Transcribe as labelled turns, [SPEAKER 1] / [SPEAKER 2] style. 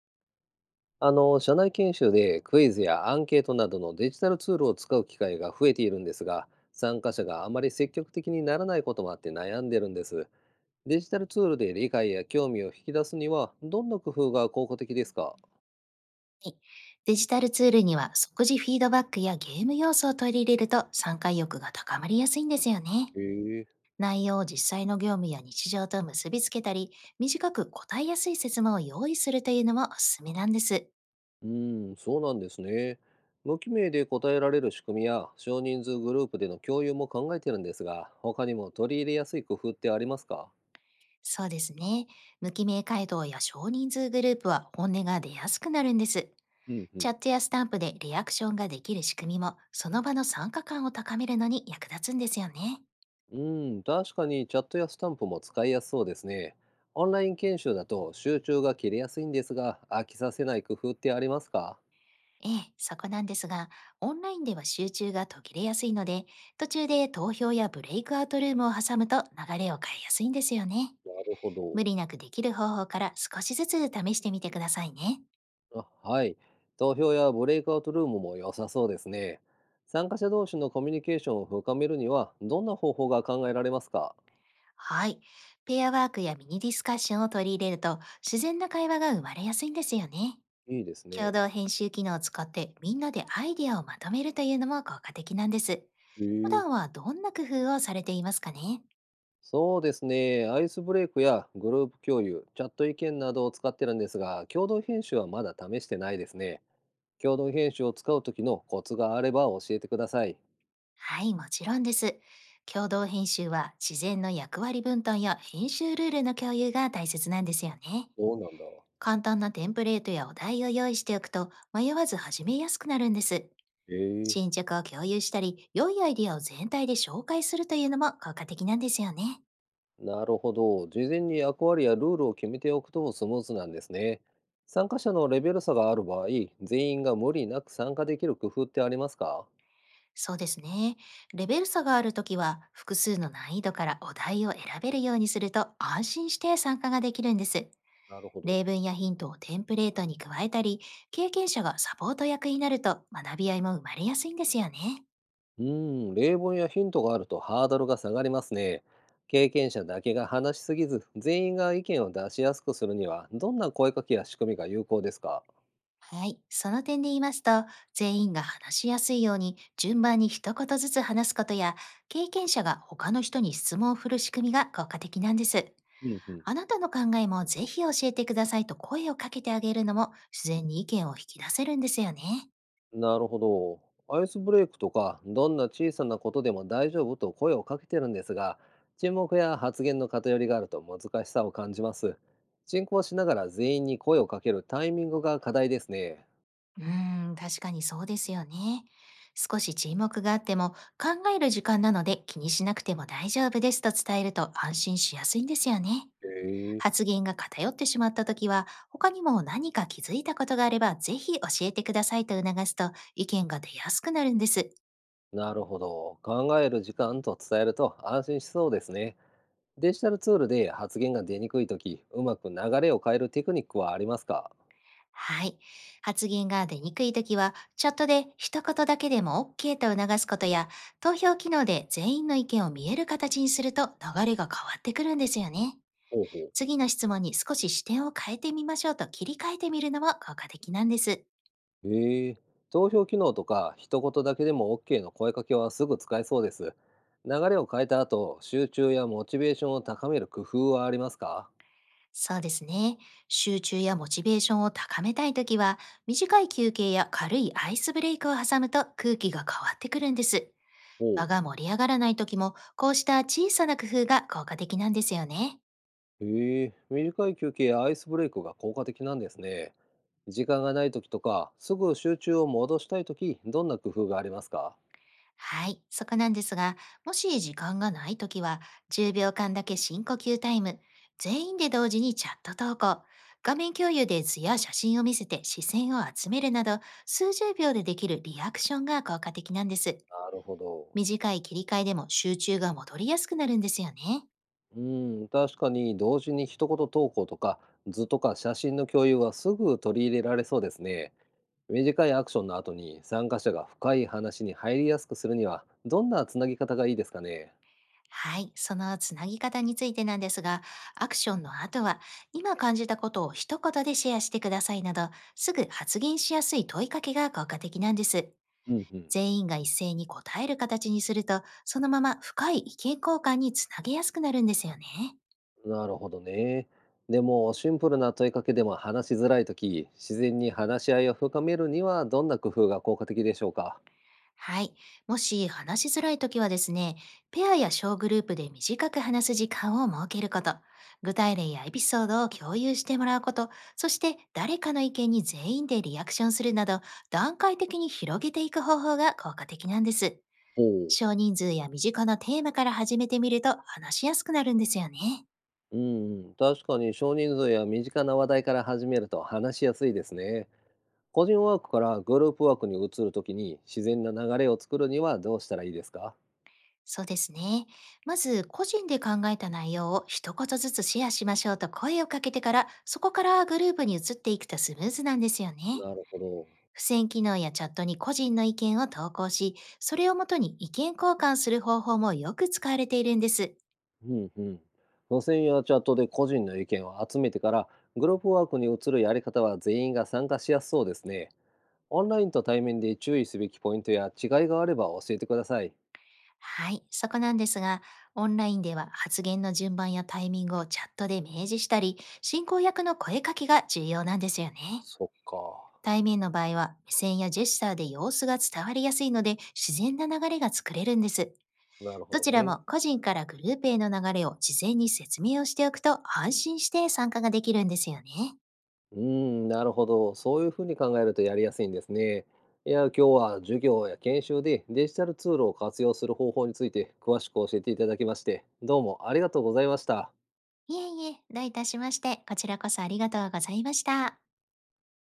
[SPEAKER 1] 社内研修でクイズやアンケートなどのデジタルツールを使う機会が増えているんですが、参加者があまり積極的にならないこともあって悩んでるんです。デジタルツールで理解や興味を引き出すには、どんな工夫が効果的ですか？
[SPEAKER 2] はい。デジタルツールには即時フィードバックやゲーム要素を取り入れると参加意欲が高まりやすいんですよね。
[SPEAKER 1] へえ。
[SPEAKER 2] 内容を実際の業務や日常と結びつけたり、短く答えやすい説明を用意するというのもおすすめなんです。
[SPEAKER 1] うーん、そうなんですね。無記名で答えられる仕組みや少人数グループでの共有も考えてるんですが、他にも取り入れやすい工夫ってありますか？
[SPEAKER 2] そうですね。無記名回答や少人数グループは本音が出やすくなるんです。
[SPEAKER 1] うんう
[SPEAKER 2] チ
[SPEAKER 1] ん。
[SPEAKER 2] ャットやスタンプでリアクションができる仕組みも、その場の参加感を高めるのに役立つんですよね。
[SPEAKER 1] うん、確かにチャットやスタンプも使いやすそうですね。オンライン研修だと集中が切れやすいんですが、飽きさせない工夫ってありますか？
[SPEAKER 2] ええ、そこなんですが、オンラインでは集中が途切れやすいので、途中で投票やブレイクアウトルームを挟むと流れを変えやすいんですよね。
[SPEAKER 1] なるほ
[SPEAKER 2] 無
[SPEAKER 1] ど。
[SPEAKER 2] 理なくできる方法から少しずつ試してみてくださいね。
[SPEAKER 1] あ、はい。投票やブレイクアウトルームも良さそうですね。参加者同士のコミュニケーションを深めるには、どんな方法が考えられますか？
[SPEAKER 2] はい。ペアワークやミニディスカッションを取り入れると、自然な会話が生まれやすいんですよね。
[SPEAKER 1] いいです
[SPEAKER 2] 共
[SPEAKER 1] ね。
[SPEAKER 2] 同編集機能を使ってみんなでアイディアをまとめるというのも効果的なんです。
[SPEAKER 1] え
[SPEAKER 2] 普段
[SPEAKER 1] え。
[SPEAKER 2] はどんな工夫をされていますかね。
[SPEAKER 1] そうですね。アイスブレイクやグループ共有、チャット意見などを使ってるんですが、共同編集はまだ試してないですね。共同品種を使う時のコツがあれば教えてください。
[SPEAKER 2] はい、もちろんです。共同編集は自然の役割分担や編集ルールの共有が大切なんですよね。
[SPEAKER 1] そうなんだ。
[SPEAKER 2] 簡単なテンプレートやお題を用意しておくと迷わず始めやすくなるんです。
[SPEAKER 1] ええ。
[SPEAKER 2] 進捗を共有したり、良いアイディアを全体で紹介するというのも効果的なんですよね。
[SPEAKER 1] なるほど。事前に役割やルールを決めておくとスムーズなんですね。参加者のレベル差がある場合、全員が無理なく参加できる工夫ってありますか？
[SPEAKER 2] そうですね。レベル差があるときは複数の難易度からお題を選べるようにすると安心して参加ができるんです。
[SPEAKER 1] なるほど。
[SPEAKER 2] 例文やヒントをテンプレートに加えたり、経験者がサポート役になると学び合いも生まれやすいんですよね。
[SPEAKER 1] うーん、例文やヒントがあるとハードルが下がりますね。経験者だけが話しすぎず、全員が意見を出しやすくするには、どんな声かけや仕組みが有効ですか？
[SPEAKER 2] はい。その点で言いますと、全員が話しやすいように順番に一言ずつ話すことや、経験者が他の人に質問を振る仕組みが効果的なんです。
[SPEAKER 1] うんうん。
[SPEAKER 2] あなたの考えもぜひ教えてくださいと声をかけてあげるのも自然に意見を引き出せるんですよね。
[SPEAKER 1] なるほど。アイスブレイクとか、どんな小さなことでも大丈夫と声をかけてるんですが、沈黙や発言の偏りがあると難しさを感じます。進行しながら全員に声をかけるタイミングが課題ですね。
[SPEAKER 2] 確かにそうですよね。少し沈黙があっても、考える時間なので気にしなくても大丈夫ですと伝えると安心しやすいんですよね。
[SPEAKER 1] へえ。
[SPEAKER 2] 発言が偏ってしまった時は、他にも何か気づいたことがあれば、ぜひ教えてくださいと促すと意見が出やすくなるんです。
[SPEAKER 1] なるほど。考える時間と伝えると安心しそうですね。デジタルツールで発言が出にくいとき、うまく流れを変えるテクニックはありますか？
[SPEAKER 2] はい。発言が出にくい時は、チャットで一言だけでも OK と促すことや、投票機能で全員の意見を見える形にすると流れが変わってくるんですよね。
[SPEAKER 1] ほうほう。
[SPEAKER 2] 次の質問に少し視点を変えてみましょうと切り替えてみるのも効果的なんです。
[SPEAKER 1] ええ。投票機能とか一言だけでも OK の声かけはすぐ使えそうです。流れを変えた後、集中やモチベーションを高める工夫はありますか？
[SPEAKER 2] そうですね。集中やモチベーションを高めたいときは、短い休憩や軽いアイスブレイクを挟むと空気が変わってくるんです。
[SPEAKER 1] おう。
[SPEAKER 2] 場が盛り上がらないときも、こうした小さな工夫が効果的なんですよね。
[SPEAKER 1] ええ、短い休憩やアイスブレイクが効果的なんですね。時間がない時とか、すぐ集中を戻したい時、どんな工夫がありますか？
[SPEAKER 2] はい、そこなんですが、もし時間がないときは、10秒間だけ深呼吸タイム、全員で同時にチャット投稿、画面共有で図や写真を見せて視線を集めるなど、数十秒でできるリアクションが効果的なんです。
[SPEAKER 1] なるほど。
[SPEAKER 2] 短い切り替えでも集中が戻りやすくなるんですよね。
[SPEAKER 1] うん、確かに同時に一言投稿とか図とか写真の共有はすぐ取り入れられそうですね。短いアクションの後に参加者が深い話に入りやすくするには、どんなつなぎ方がいいですかね。
[SPEAKER 2] はい、そのつなぎ方についてなんですが、アクションの後は、今感じたことを一言でシェアしてくださいなど、すぐ発言しやすい問いかけが効果的なんです。
[SPEAKER 1] うんうん。
[SPEAKER 2] 全員が一斉に答える形にすると、そのまま深い意見交換につなげやすくなるんですよね。
[SPEAKER 1] なるほどね。でも、シンプルな問いかけでも話しづらい時、自然に話し合いを深めるには、どんな工夫が効果的でしょうか。
[SPEAKER 2] はい。もし話しづらいときはですね、ペアや小グループで短く話す時間を設けること、具体例やエピソードを共有してもらうこと、そして誰かの意見に全員でリアクションするなど、段階的に広げていく方法が効果的なんです。
[SPEAKER 1] ほう。
[SPEAKER 2] 少人数や身近なテーマから始めてみると話しやすくなるんですよね。
[SPEAKER 1] うんうん、確かに少人数や身近な話題から始めると話しやすいですね。個人ワークからグループワークに移るときに、自然な流れを作るにはどうしたらいいですか？
[SPEAKER 2] そうですね。まず、個人で考えた内容を一言ずつシェアしましょうと声をかけてから、そこからグループに移っていくとスムーズなんですよね。
[SPEAKER 1] なるほど。
[SPEAKER 2] 付箋機能やチャットに個人の意見を投稿し、それをもとに意見交換する方法もよく使われているんです。
[SPEAKER 1] うんうん。無線やチャットで個人の意見を集めてから、グループワークに移るやり方は全員が参加しやすそうですね。オンラインと対面で注意すべきポイントや違いがあれば教えてください。
[SPEAKER 2] はい、そこなんですが、オンラインでは発言の順番やタイミングをチャットで明示したり、進行役の声かけが重要なんですよね。
[SPEAKER 1] そっか。
[SPEAKER 2] 対面の場合は目線やジェスチャーで様子が伝わりやすいので自然な流れが作れるんです。
[SPEAKER 1] なるほ
[SPEAKER 2] ど
[SPEAKER 1] ど
[SPEAKER 2] ちら
[SPEAKER 1] ね。
[SPEAKER 2] も個人からグループへの流れを事前に説明をしておくと安心して参加ができるんですよね。
[SPEAKER 1] うーん、なるほど。そういうふうに考えるとやりやすいんですね。いや、今日は授業や研修でデジタルツールを活用する方法について詳しく教えていただきまして、どうもありがとうございました。
[SPEAKER 2] いえいえ、どういたしまして、こちらこそありがとうございました。